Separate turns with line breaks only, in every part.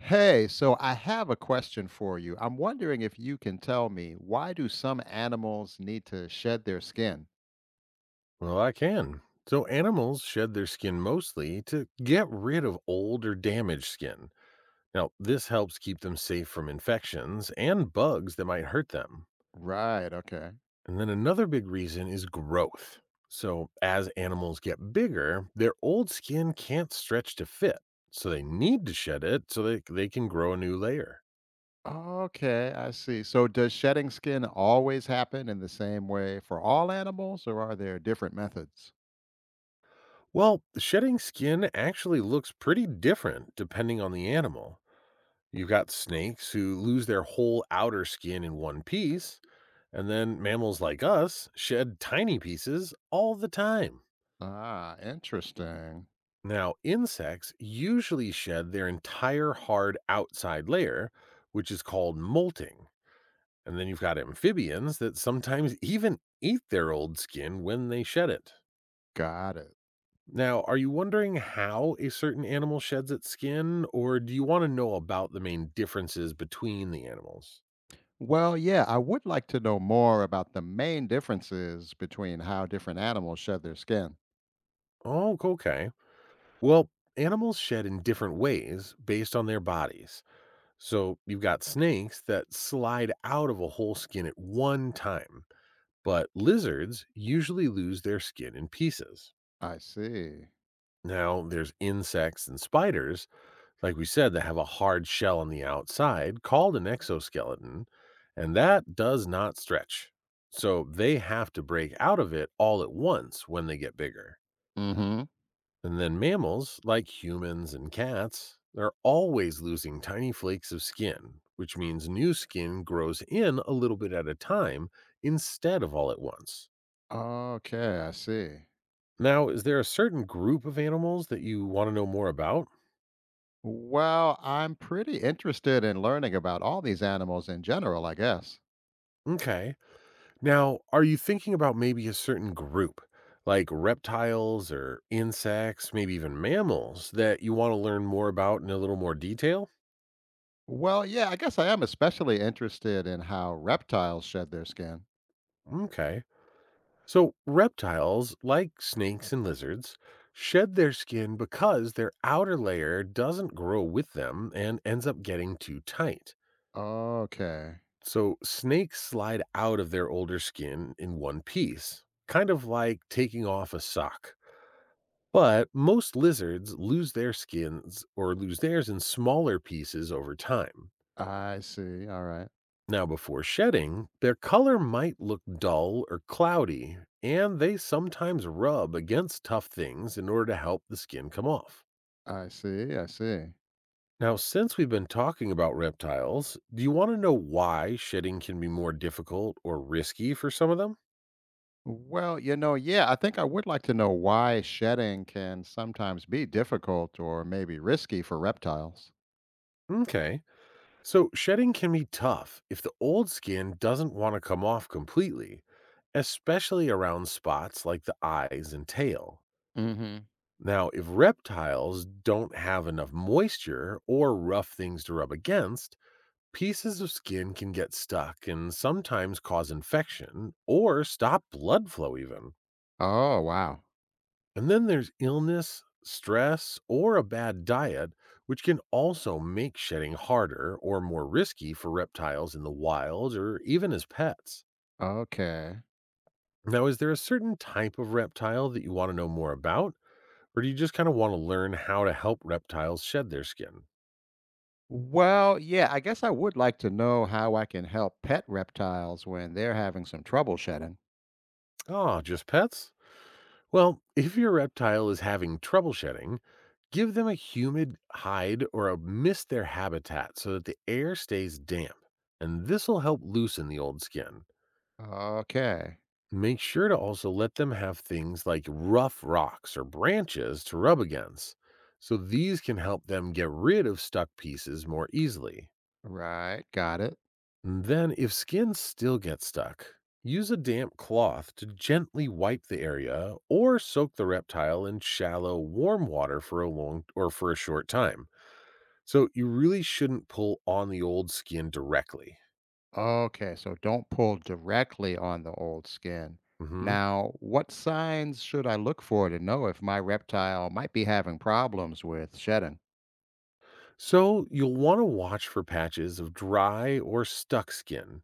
Hey, so I have a question for you. I'm wondering if you can tell me why do some animals need to shed their skin?
Well, I can. So, animals shed their skin mostly to get rid of old or damaged skin. Now, this helps keep them safe from infections and bugs that might hurt them.
Right, okay.
And then another big reason is growth. So, as animals get bigger, their old skin can't stretch to fit. So, they need to shed it so that they can grow a new layer.
Okay, I see. So does shedding skin always happen in the same way for all animals, or are there different methods?
Well, shedding skin actually looks pretty different depending on the animal. You've got snakes who lose their whole outer skin in one piece, and then mammals like us shed tiny pieces all the time.
Ah, interesting.
Now, insects usually shed their entire hard outside layer, which is called molting. And then you've got amphibians that sometimes even eat their old skin when they shed it.
Got it.
Now, are you wondering how a certain animal sheds its skin, or do you want to know about the main differences between the animals?
Well, yeah, I would like to know more about the main differences between how different animals shed their skin.
Oh, okay. Well, animals shed in different ways based on their bodies. So you've got snakes that slide out of a whole skin at one time, but lizards usually lose their skin in pieces.
I see.
Now, there's insects and spiders, like we said, that have a hard shell on the outside called an exoskeleton, and that does not stretch. So they have to break out of it all at once when they get bigger.
Mhm.
And then mammals, like humans and cats, they're always losing tiny flakes of skin, which means new skin grows in a little bit at a time instead of all at once.
Okay, I see.
Now, is there a certain group of animals that you want to know more about?
Well, I'm pretty interested in learning about all these animals in general, I guess.
Okay. Now, are you thinking about maybe a certain group, like reptiles or insects, maybe even mammals, that you want to learn more about in a little more detail?
Well, yeah, I guess I am especially interested in how reptiles shed their skin.
Okay. So, reptiles, like snakes and lizards, shed their skin because their outer layer doesn't grow with them and ends up getting too tight.
Okay.
So, snakes slide out of their older skin in one piece, kind of like taking off a sock. But most lizards lose their skins or lose theirs in smaller pieces over time.
I see. All right.
Now, before shedding, their color might look dull or cloudy, and they sometimes rub against tough things in order to help the skin come off.
I see. I see.
Now, since we've been talking about reptiles, do you want to know why shedding can be more difficult or risky for some of them?
Well, you know, yeah, I think I would like to know why shedding can sometimes be difficult or maybe risky for reptiles.
Okay. So, shedding can be tough if the old skin doesn't want to come off completely, especially around spots like the eyes and tail.
Mm hmm.
Now, if reptiles don't have enough moisture or rough things to rub against, pieces of skin can get stuck and sometimes cause infection or stop blood flow, even.
Oh, wow.
And then there's illness, stress, or a bad diet, which can also make shedding harder or more risky for reptiles in the wild or even as pets.
Okay.
Now, is there a certain type of reptile that you want to know more about? Or do you just kind of want to learn how to help reptiles shed their skin?
Well, yeah, I guess I would like to know how I can help pet reptiles when they're having some trouble shedding.
Ah, just pets? Well, if your reptile is having trouble shedding, give them a humid hide or a mist their habitat so that the air stays damp, and this will help loosen the old skin.
Okay,
Make sure to also let them have things like rough rocks or branches to rub against, so these can help them get rid of stuck pieces more easily.
right, got it.
And then, if skin still gets stuck, use a damp cloth to gently wipe the area or soak the reptile in shallow, warm water for a long or for a short time. So, you really shouldn't pull on the old skin directly.
Okay, so don't pull directly on the old skin.
Mhm.
Now, what signs should I look for to know if my reptile might be having problems with shedding?
So, you'll want to watch for patches of dry or stuck skin,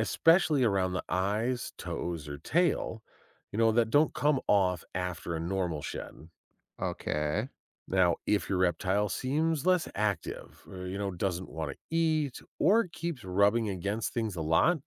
especially around the eyes, toes, or tail, that don't come off after a normal shed.
Okay,
Now, if your reptile seems less active, or, doesn't want to eat, or keeps rubbing against things a lot,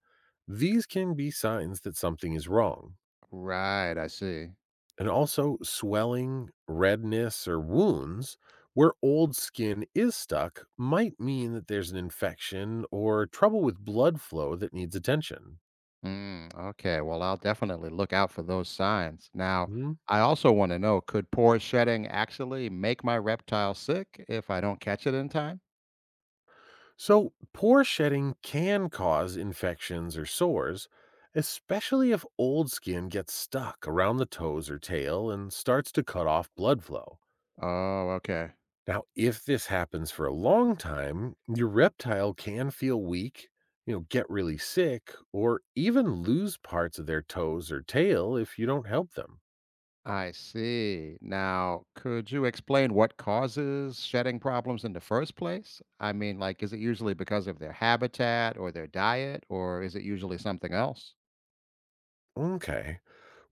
these can be signs that something is wrong.
right, I see.
And also, swelling, redness, or wounds where old skin is stuck might mean that there's an infection or trouble with blood flow that needs attention.
Mm, okay. Well, I'll definitely look out for those signs. Now,
Hmm.
I also want to know, could poor shedding actually make my reptile sick if I don't catch it in time?
So, pore shedding can cause infections or sores, especially if old skin gets stuck around the toes or tail and starts to cut off blood flow.
Oh, okay.
Now, if this happens for a long time, your reptile can feel weak, get really sick, or even lose parts of their toes or tail if you don't help them.
I see. Now, could you explain what causes shedding problems in the first place? I mean, like, is it usually because of their habitat or their diet, or is it usually something else?
Okay.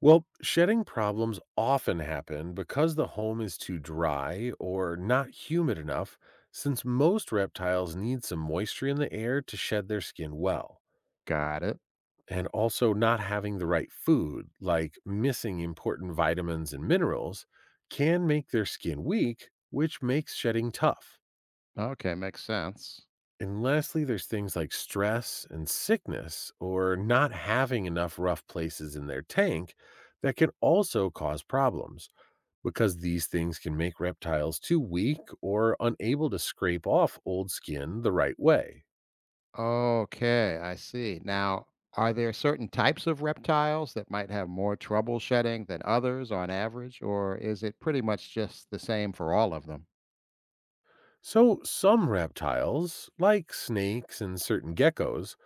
Well, shedding problems often happen because the home is too dry or not humid enough, since most reptiles need some moisture in the air to shed their skin well.
Got it.
And also, not having the right food, like missing important vitamins and minerals, can make their skin weak, which makes shedding tough.
Okay, makes sense.
And lastly, there's things like stress and sickness, or not having enough rough places in their tank that can also cause problems, because these things can make reptiles too weak or unable to scrape off old skin the right way.
Okay, I see. Now, are there certain types of reptiles that might have more trouble shedding than others on average, or is it pretty much just the same for all of them?
So, some reptiles, like snakes and certain geckos,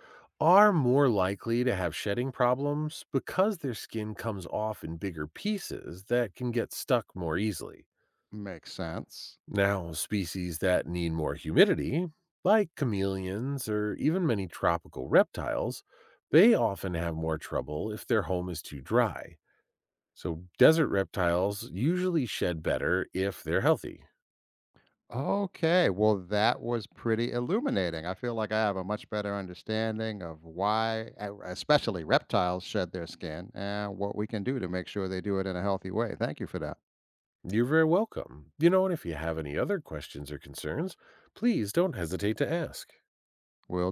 are more likely to have shedding problems because their skin comes off in bigger pieces that can get stuck more easily.
Makes sense.
Now, species that need more humidity, like chameleons or even many tropical reptiles, they often have more trouble if their home is too dry. So, desert reptiles usually shed better if they're healthy.
Okay, well, that was pretty illuminating. I feel like I have a much better understanding of why, especially reptiles, shed their skin and what we can do to make sure they do it in a healthy way. Thank you for that.
You're very welcome. And if you have any other questions or concerns, please don't hesitate to ask.
Will